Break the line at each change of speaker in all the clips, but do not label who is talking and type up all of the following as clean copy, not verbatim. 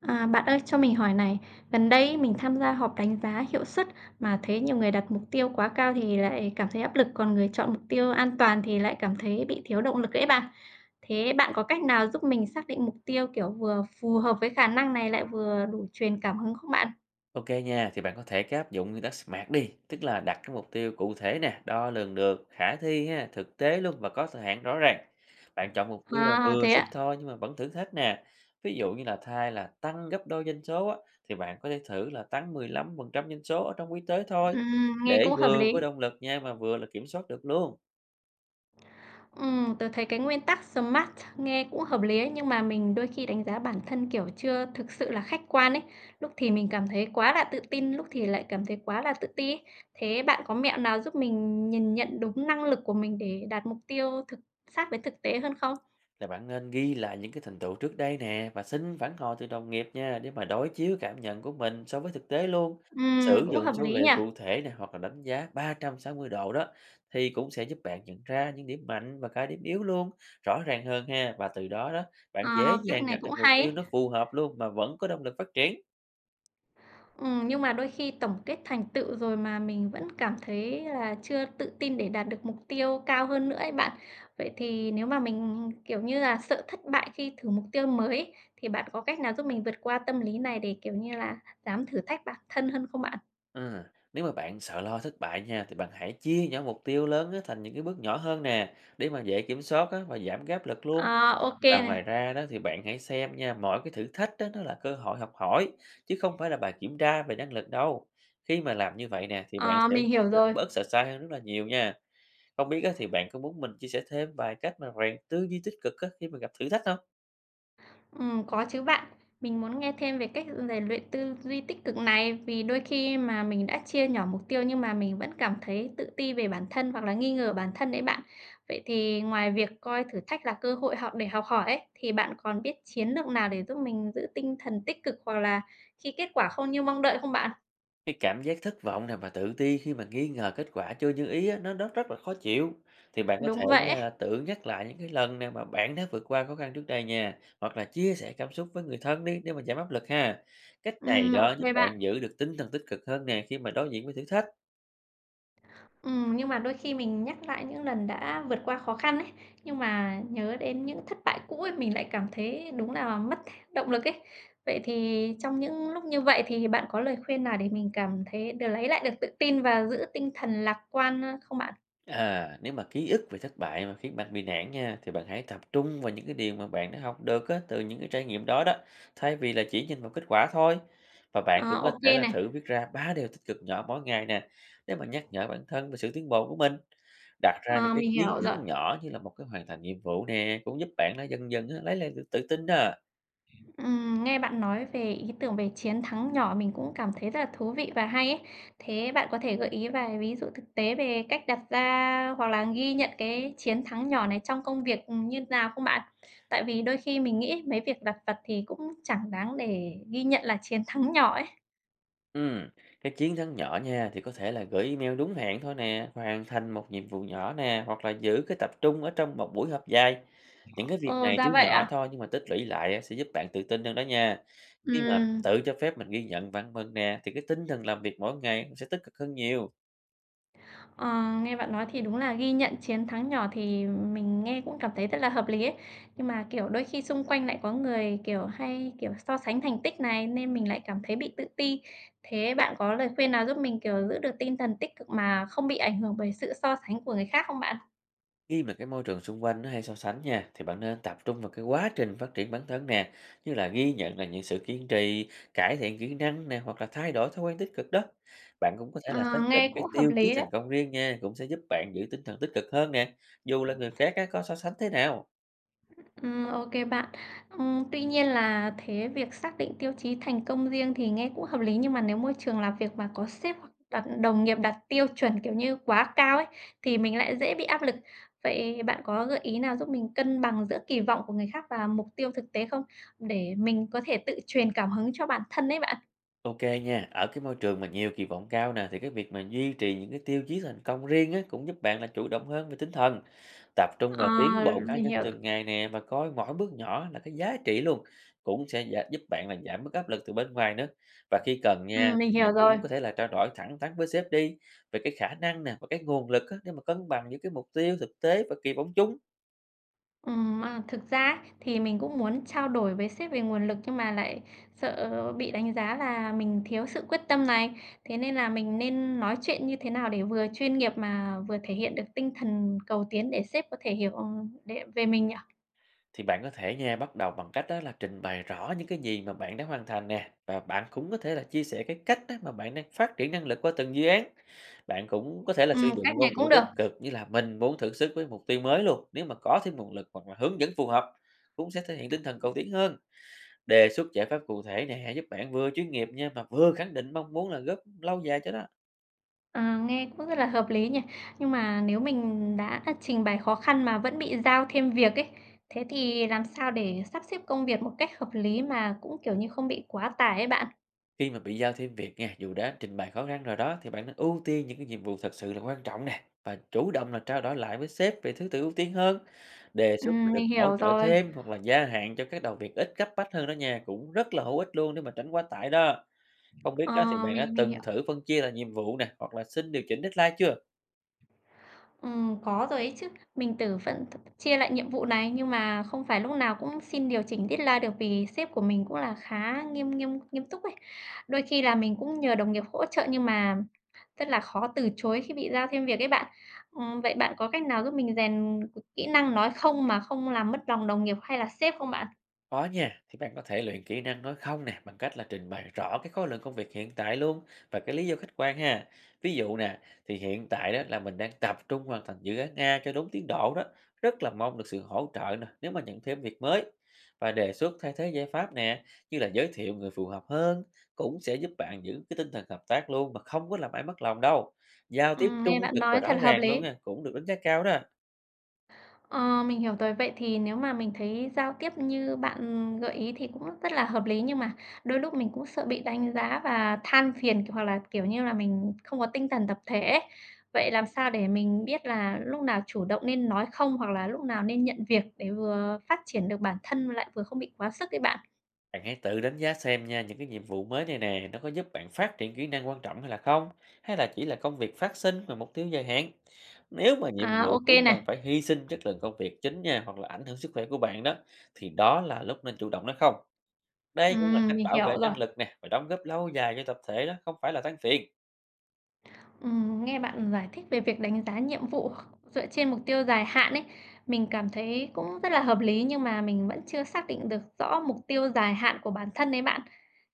À, bạn ơi, cho mình hỏi này, gần đây mình tham gia họp đánh giá hiệu suất mà thấy nhiều người đặt mục tiêu quá cao thì lại cảm thấy áp lực, còn người chọn mục tiêu an toàn thì lại cảm thấy bị thiếu động lực đấy bạn. Thế bạn có cách nào giúp mình xác định mục tiêu kiểu vừa phù hợp với khả năng này lại vừa đủ truyền cảm hứng không bạn?
Ok nha, thì bạn có thể cái áp dụng nguyên tắc SMART đi, tức là đặt cái mục tiêu cụ thể nè, đo lường được, khả thi ha, thực tế luôn và có thời hạn rõ ràng. Bạn chọn mục tiêu là
À,
vừa
thế ạ.
sức thôi nhưng mà vẫn thử thách nè. Ví dụ như là thay là tăng gấp đôi doanh số á, thì bạn có thể thử là tăng 15% doanh số ở trong quý tới thôi,
Nghe
để
cũng hợp
vừa
lý.
có động lực nha mà vừa là kiểm soát được luôn.
Tớ thấy cái nguyên tắc SMART nghe cũng hợp lý ấy, nhưng mà mình đôi khi đánh giá bản thân, kiểu, chưa thực sự là khách quan ấy. Lúc thì mình cảm thấy quá là tự tin, lúc thì lại cảm thấy quá là tự ti ấy. Thế bạn có mẹo nào giúp mình nhìn nhận đúng năng lực của mình để đạt mục tiêu thực sát với thực tế hơn không?
Là bạn nên ghi lại những cái thành tựu trước đây nè và xin phản hồi từ đồng nghiệp nha, để mà đối chiếu cảm nhận của mình so với thực tế luôn. Sử
Cũng
dụng
hợp
số
lý
liệu
nhỉ?
cụ thể này hoặc là đánh giá 360 độ đó thì cũng sẽ giúp bạn nhận ra những điểm mạnh và cả điểm yếu luôn, rõ ràng hơn ha, và từ đó đó bạn
Ờ,
dễ
cách
dàng
này
đặt được
cũng
mục
hay
tiêu
ấy.
nó phù hợp luôn mà vẫn có động lực phát triển.
Nhưng mà đôi khi tổng kết thành tựu rồi mà mình vẫn cảm thấy là chưa tự tin để đạt được mục tiêu cao hơn nữa ấy bạn. Vậy thì nếu mà mình, kiểu như là, sợ thất bại khi thử mục tiêu mới ấy, thì bạn có cách nào giúp mình vượt qua tâm lý này để, kiểu như là, dám thử thách bản thân hơn không bạn?
Ừ. Nếu mà bạn sợ lo thất bại nha, thì bạn hãy chia nhỏ mục tiêu lớn á thành những cái bước nhỏ hơn nè, để mà dễ kiểm soát á và giảm cái áp lực luôn.
À, ô
Và
này,
ngoài ra đó thì bạn hãy xem nha, mỗi cái thử thách đó nó là cơ hội học hỏi, chứ không phải là bài kiểm tra về năng lực đâu. Khi mà làm như vậy nè thì bạn
ờ,
sẽ
mình hiểu rồi.
bớt sợ sai hơn rất là nhiều nha. Không biết á, thì bạn có muốn mình chia sẻ thêm vài cách mà rèn tư duy tích cực á, khi mà gặp thử thách không?
Có chứ bạn. Mình muốn nghe thêm về cách rèn luyện tư duy tích cực này, vì đôi khi mà mình đã chia nhỏ mục tiêu nhưng mà mình vẫn cảm thấy tự ti về bản thân hoặc là nghi ngờ bản thân đấy bạn. Vậy thì ngoài việc coi thử thách là cơ hội học để học hỏi ấy, thì bạn còn biết chiến lược nào để giúp mình giữ tinh thần tích cực hoặc là khi kết quả không như mong đợi không bạn?
Cái cảm giác thất vọng nè và tự ti khi mà nghi ngờ kết quả chưa như ý á, nó rất rất là khó chịu. Thì bạn có thể
Đúng vậy
nha
ấy.
là tự nhắc lại những cái lần nè mà bạn đã vượt qua khó khăn trước đây nha, hoặc là chia sẻ cảm xúc với người thân đi, để mà giảm áp lực ha. Cách này
Ô
đó giúp
bạn.
bạn giữ được tinh thần tích cực hơn nè, khi mà đối diện với thử thách.
Nhưng mà đôi khi mình nhắc lại những lần đã vượt qua khó khăn ấy, nhưng mà nhớ đến những thất bại cũ ấy, mình lại cảm thấy đúng là mất động lực ấy. Vậy thì trong những lúc như vậy thì bạn có lời khuyên nào để mình cảm thấy được lấy lại được tự tin và giữ tinh thần lạc quan, không bạn?
À, nếu mà ký ức về thất bại mà khiến bạn bị nản nha, thì bạn hãy tập trung vào những cái điều mà bạn đã học được á, từ những cái trải nghiệm đó đó, thay vì là chỉ nhìn vào kết quả thôi. Và bạn
Ờ,
cũng có
ô
thể là
này,
thử viết ra ba điều tích cực nhỏ mỗi ngày nè, để mà nhắc nhở bản thân về sự tiến bộ của mình. Đặt ra những
ờ,
cái
mình
chiến
hiểu rồi.
thắng nhỏ như là một cái hoàn thành nhiệm vụ nè cũng giúp bạn nó dần dần á, lấy lại được tự tin đó.
Nghe bạn nói về ý tưởng về chiến thắng nhỏ mình cũng cảm thấy rất là thú vị và hay ấy. Thế bạn có thể gợi ý vài ví dụ thực tế về cách đặt ra hoặc là ghi nhận cái chiến thắng nhỏ này trong công việc như nào không bạn? Tại vì đôi khi mình nghĩ mấy việc lặt vặt thì cũng chẳng đáng để ghi nhận là chiến thắng nhỏ ấy.
Ừm, cái chiến thắng nhỏ nha thì có thể là gửi email đúng hẹn thôi nè, hoàn thành một nhiệm vụ nhỏ nè, hoặc là giữ cái tập trung ở trong một buổi họp dài. Những cái việc
Ồ,
này tuy
ra vậy
nhỏ
à?
thôi nhưng mà tích lũy lại á, sẽ giúp bạn tự tin hơn đó nha. Khi mà
Ừm.
tự cho phép mình ghi nhận bản thân nè thì cái tinh thần làm việc mỗi ngày cũng sẽ tích cực hơn nhiều.
Ờ, nghe bạn nói thì đúng là ghi nhận chiến thắng nhỏ thì mình nghe cũng cảm thấy rất là hợp lý ấy. Nhưng mà, kiểu, đôi khi xung quanh lại có người, kiểu, hay, kiểu, so sánh thành tích này nên mình lại cảm thấy bị tự ti. Thế bạn có lời khuyên nào giúp mình, kiểu, giữ được tinh thần tích cực mà không bị ảnh hưởng bởi sự so sánh của người khác không bạn?
Khi mà cái môi trường xung quanh nó hay so sánh nha, thì bạn nên tập trung vào cái quá trình phát triển bản thân nè, như là ghi nhận là những sự kiên trì, cải thiện kỹ năng nè, hoặc là thay đổi thói quen tích cực đó. Bạn cũng có thể
Ờ,
là xác định
nghe
cái
cũng hợp
tiêu chí
lý đấy.
thành công riêng nha, cũng sẽ giúp bạn giữ tinh thần tích cực hơn nè, dù là người khác á, có so sánh thế nào.
Ô bạn. Tuy nhiên là thế việc xác định tiêu chí thành công riêng thì nghe cũng hợp lý, nhưng mà nếu môi trường làm việc mà có sếp hoặc đặt đồng nghiệp đặt tiêu chuẩn, kiểu như, quá cao ấy, thì mình lại dễ bị áp lực. Vậy bạn có gợi ý nào giúp mình cân bằng giữa kỳ vọng của người khác và mục tiêu thực tế không? Để mình có thể tự truyền cảm hứng cho bản thân đấy bạn.
OK nha, ở cái môi trường mà nhiều kỳ vọng cao nè, thì cái việc mà duy trì những cái tiêu chí thành công riêng á cũng giúp bạn là chủ động hơn về tinh thần, tập trung
Ờ,
vào tiến bộ cá
mình
nhân
hiểu.
từng ngày nè, và coi mỗi bước nhỏ là cái giá trị luôn, cũng sẽ giúp bạn là giảm bớt áp lực từ bên ngoài nữa. Và khi cần nha
Mình
thì bạn
hiểu rồi.
cũng có thể là trao đổi thẳng thắn với sếp đi, về cái khả năng nè và cái nguồn lực á, để mà cân bằng những cái mục tiêu thực tế và kỳ vọng chung.
À, thực ra ấy, thì mình cũng muốn trao đổi với sếp về nguồn lực nhưng mà lại sợ bị đánh giá là mình thiếu sự quyết tâm này. Thế nên là mình nên nói chuyện như thế nào để vừa chuyên nghiệp mà vừa thể hiện được tinh thần cầu tiến để sếp có thể hiểu, để về mình nhỉ?
Thì bạn có thể nha bắt đầu bằng cách đó là trình bày rõ những cái gì mà bạn đã hoàn thành nè, và bạn cũng có thể là chia sẻ cái cách đó mà bạn đang phát triển năng lực qua từng dự án. Bạn cũng có thể là sử dụng
Cách này
ngôn ngữ
cũng
tích
được,
cực, như là mình muốn thử sức với mục tiêu mới luôn nếu mà có thêm nguồn lực hoặc là hướng dẫn phù hợp, cũng sẽ thể hiện tinh thần cầu tiến hơn. Đề xuất giải pháp cụ thể nè giúp bạn vừa chuyên nghiệp nha, mà vừa khẳng định mong muốn là góp lâu dài cho nó.
ờ, nghe cũng rất là hợp lý nhỉ. Nhưng mà nếu mình đã trình bày khó khăn mà vẫn bị giao thêm việc ấy, thế thì làm sao để sắp xếp công việc một cách hợp lý mà cũng, kiểu như, không bị quá tải ấy bạn?
Khi mà bị giao thêm việc nha, dù đã trình bày khó khăn rồi đó, thì bạn nên ưu tiên những cái nhiệm vụ thật sự là quan trọng nè, và chủ động là trao đổi lại với sếp về thứ tự ưu tiên hơn. Đề xuất mà được
Mình
hỗ
hiểu
trợ
rồi.
thêm hoặc là gia hạn cho các đầu việc ít cấp bách hơn đó nha, cũng rất là hữu ích luôn để mà tránh quá tải đó. Không biết
Ờ,
á, thì bạn đã
mình
từng
hiểu.
thử phân chia là nhiệm vụ nè hoặc là xin điều chỉnh deadline chưa?
Có rồi ấy chứ. Mình vẫn chia lại nhiệm vụ này, nhưng mà không phải lúc nào cũng xin điều chỉnh deadline được vì sếp của mình cũng là khá nghiêm nghiêm nghiêm túc ấy. Đôi khi là mình cũng nhờ đồng nghiệp hỗ trợ nhưng mà rất là khó từ chối khi bị giao thêm việc ấy bạn. Vậy bạn có cách nào giúp mình rèn kỹ năng nói không mà không làm mất lòng đồng nghiệp hay là sếp không bạn?
Có nha, thì bạn có thể luyện kỹ năng nói không nè bằng cách là trình bày rõ cái khối lượng công việc hiện tại luôn, và cái lý do khách quan ha. Ví dụ nè, thì hiện tại đó là mình đang tập trung hoàn thành dự án A cho đúng tiến độ đó, rất là mong được sự hỗ trợ nè nếu mà nhận thêm việc mới. Và đề xuất thay thế giải pháp nè, như là giới thiệu người phù hợp hơn, cũng sẽ giúp bạn giữ cái tinh thần hợp tác luôn, mà không có làm ai mất lòng đâu. Giao tiếp
Nghe
trung
bạn
thực và
nói
rõ
thật hợp
ràng
lý.
luôn nha, cũng được đánh giá cao đó.
Ờ, mình hiểu rồi. Vậy thì nếu mà mình thấy giao tiếp như bạn gợi ý thì cũng rất là hợp lý, nhưng mà đôi lúc mình cũng sợ bị đánh giá và than phiền, hoặc là, kiểu như là, mình không có tinh thần tập thể ấy. Vậy làm sao để mình biết là lúc nào chủ động nên nói không, hoặc là lúc nào nên nhận việc để vừa phát triển được bản thân mà lại vừa không bị quá sức ấy bạn?
Bạn hãy tự đánh giá xem nha, những cái nhiệm vụ mới này nè, nó có giúp bạn phát triển kỹ năng quan trọng hay là không? Hay là chỉ là công việc phát sinh và mục tiêu dài hạn? Nếu mà nhiệm
À, ô
vụ
kê
khiến
này.
bạn phải hy sinh chất lượng công việc chính nha, hoặc là ảnh hưởng sức khỏe của bạn đó, thì đó là lúc nên chủ động đó không? Đây cũng là cách
Mình
bảo vệ
hiểu rồi.
năng lực nè, và đóng góp lâu dài cho tập thể đó, không phải là than phiền.
Nghe bạn giải thích về việc đánh giá nhiệm vụ dựa trên mục tiêu dài hạn ấy, mình cảm thấy cũng rất là hợp lý nhưng mà mình vẫn chưa xác định được rõ mục tiêu dài hạn của bản thân đấy bạn.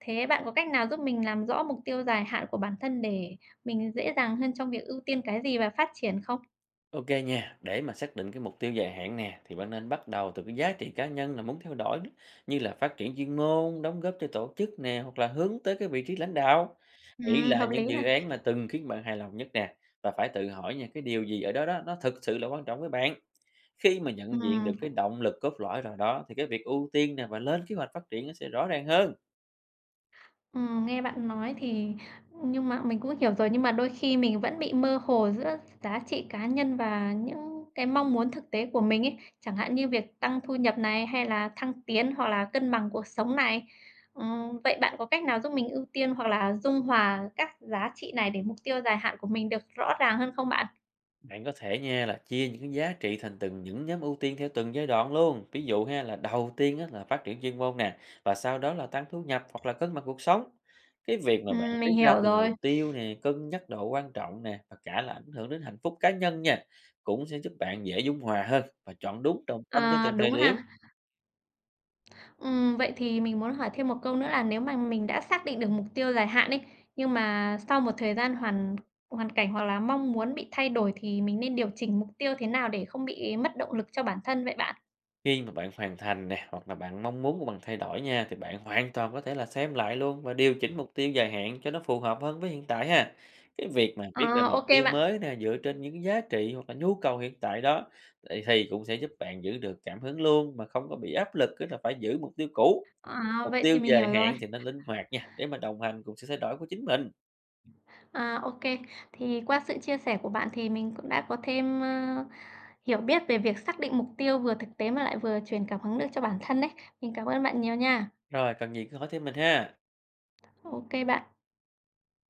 Thế bạn có cách nào giúp mình làm rõ mục tiêu dài hạn của bản thân để mình dễ dàng hơn trong việc ưu tiên cái gì và phát triển không?
Ok nha, để mà xác định cái mục tiêu dài hạn nè, thì bạn nên bắt đầu từ cái giá trị cá nhân là muốn theo đuổi đó, như là phát triển chuyên môn, đóng góp cho tổ chức nè, hoặc là hướng tới cái vị trí lãnh đạo. Nghĩ là
Hợp
những
lý
dự
này.
án mà từng khiến bạn hài lòng nhất nè, và phải tự hỏi nha cái điều gì ở đó đó nó thực sự là quan trọng với bạn. Khi mà nhận diện được cái động lực cốt lõi rồi đó, thì cái việc ưu tiên nè và lên kế hoạch phát triển nó sẽ rõ ràng hơn.
Nghe bạn nói thì nhưng mà mình cũng hiểu rồi, nhưng mà đôi khi mình vẫn bị mơ hồ giữa giá trị cá nhân và những cái mong muốn thực tế của mình ấy, chẳng hạn như việc tăng thu nhập này, hay là thăng tiến, hoặc là cân bằng cuộc sống này. Vậy bạn có cách nào giúp mình ưu tiên hoặc là dung hòa các giá trị này để mục tiêu dài hạn của mình được rõ ràng hơn không bạn?
Bạn có thể nha là chia những cái giá trị thành từng những nhóm ưu tiên theo từng giai đoạn luôn. Ví dụ ha, là đầu tiên á, là phát triển chuyên môn nè, và sau đó là tăng thu nhập hoặc là cân bằng cuộc sống. Cái việc mà bạn viết
Mình
ra
hiểu
từng
rồi.
mục tiêu nè, cân nhắc độ quan trọng nè và cả là ảnh hưởng đến hạnh phúc cá nhân nha, cũng sẽ giúp bạn dễ dung hòa hơn và chọn đúng trọng tâm theo
Ờ,
từng thời
đúng
điểm.
ha. Vậy thì mình muốn hỏi thêm một câu nữa là nếu mà mình đã xác định được mục tiêu dài hạn ấy, nhưng mà sau một thời gian hoàn hoàn cảnh hoặc là mong muốn bị thay đổi thì mình nên điều chỉnh mục tiêu thế nào để không bị mất động lực cho bản thân vậy bạn?
Khi mà bạn hoàn thành nè, hoặc là bạn mong muốn của bạn thay đổi nha, thì bạn hoàn toàn có thể là xem lại luôn và điều chỉnh mục tiêu dài hạn cho nó phù hợp hơn với hiện tại ha. Cái việc mà
Ờ,
viết ra
ô
mục tiêu
bạn.
mới nè, dựa trên những giá trị hoặc là nhu cầu hiện tại đó, thì cũng sẽ giúp bạn giữ được cảm hứng luôn, mà không có bị áp lực cứ là phải giữ mục tiêu cũ.
À,
Mục
vậy
tiêu
thì mình
dài
hiểu rồi.
hạn thì nên linh hoạt nha, để mà đồng hành cùng sự thay đổi của chính mình.
À, ô. Thì qua sự chia sẻ của bạn thì mình cũng đã có thêm, hiểu biết về việc xác định mục tiêu vừa thực tế mà lại vừa truyền cảm hứng được cho bản thân đấy. Mình cảm ơn bạn nhiều nha.
Rồi, cần gì cứ hỏi thêm mình ha.
Ok bạn.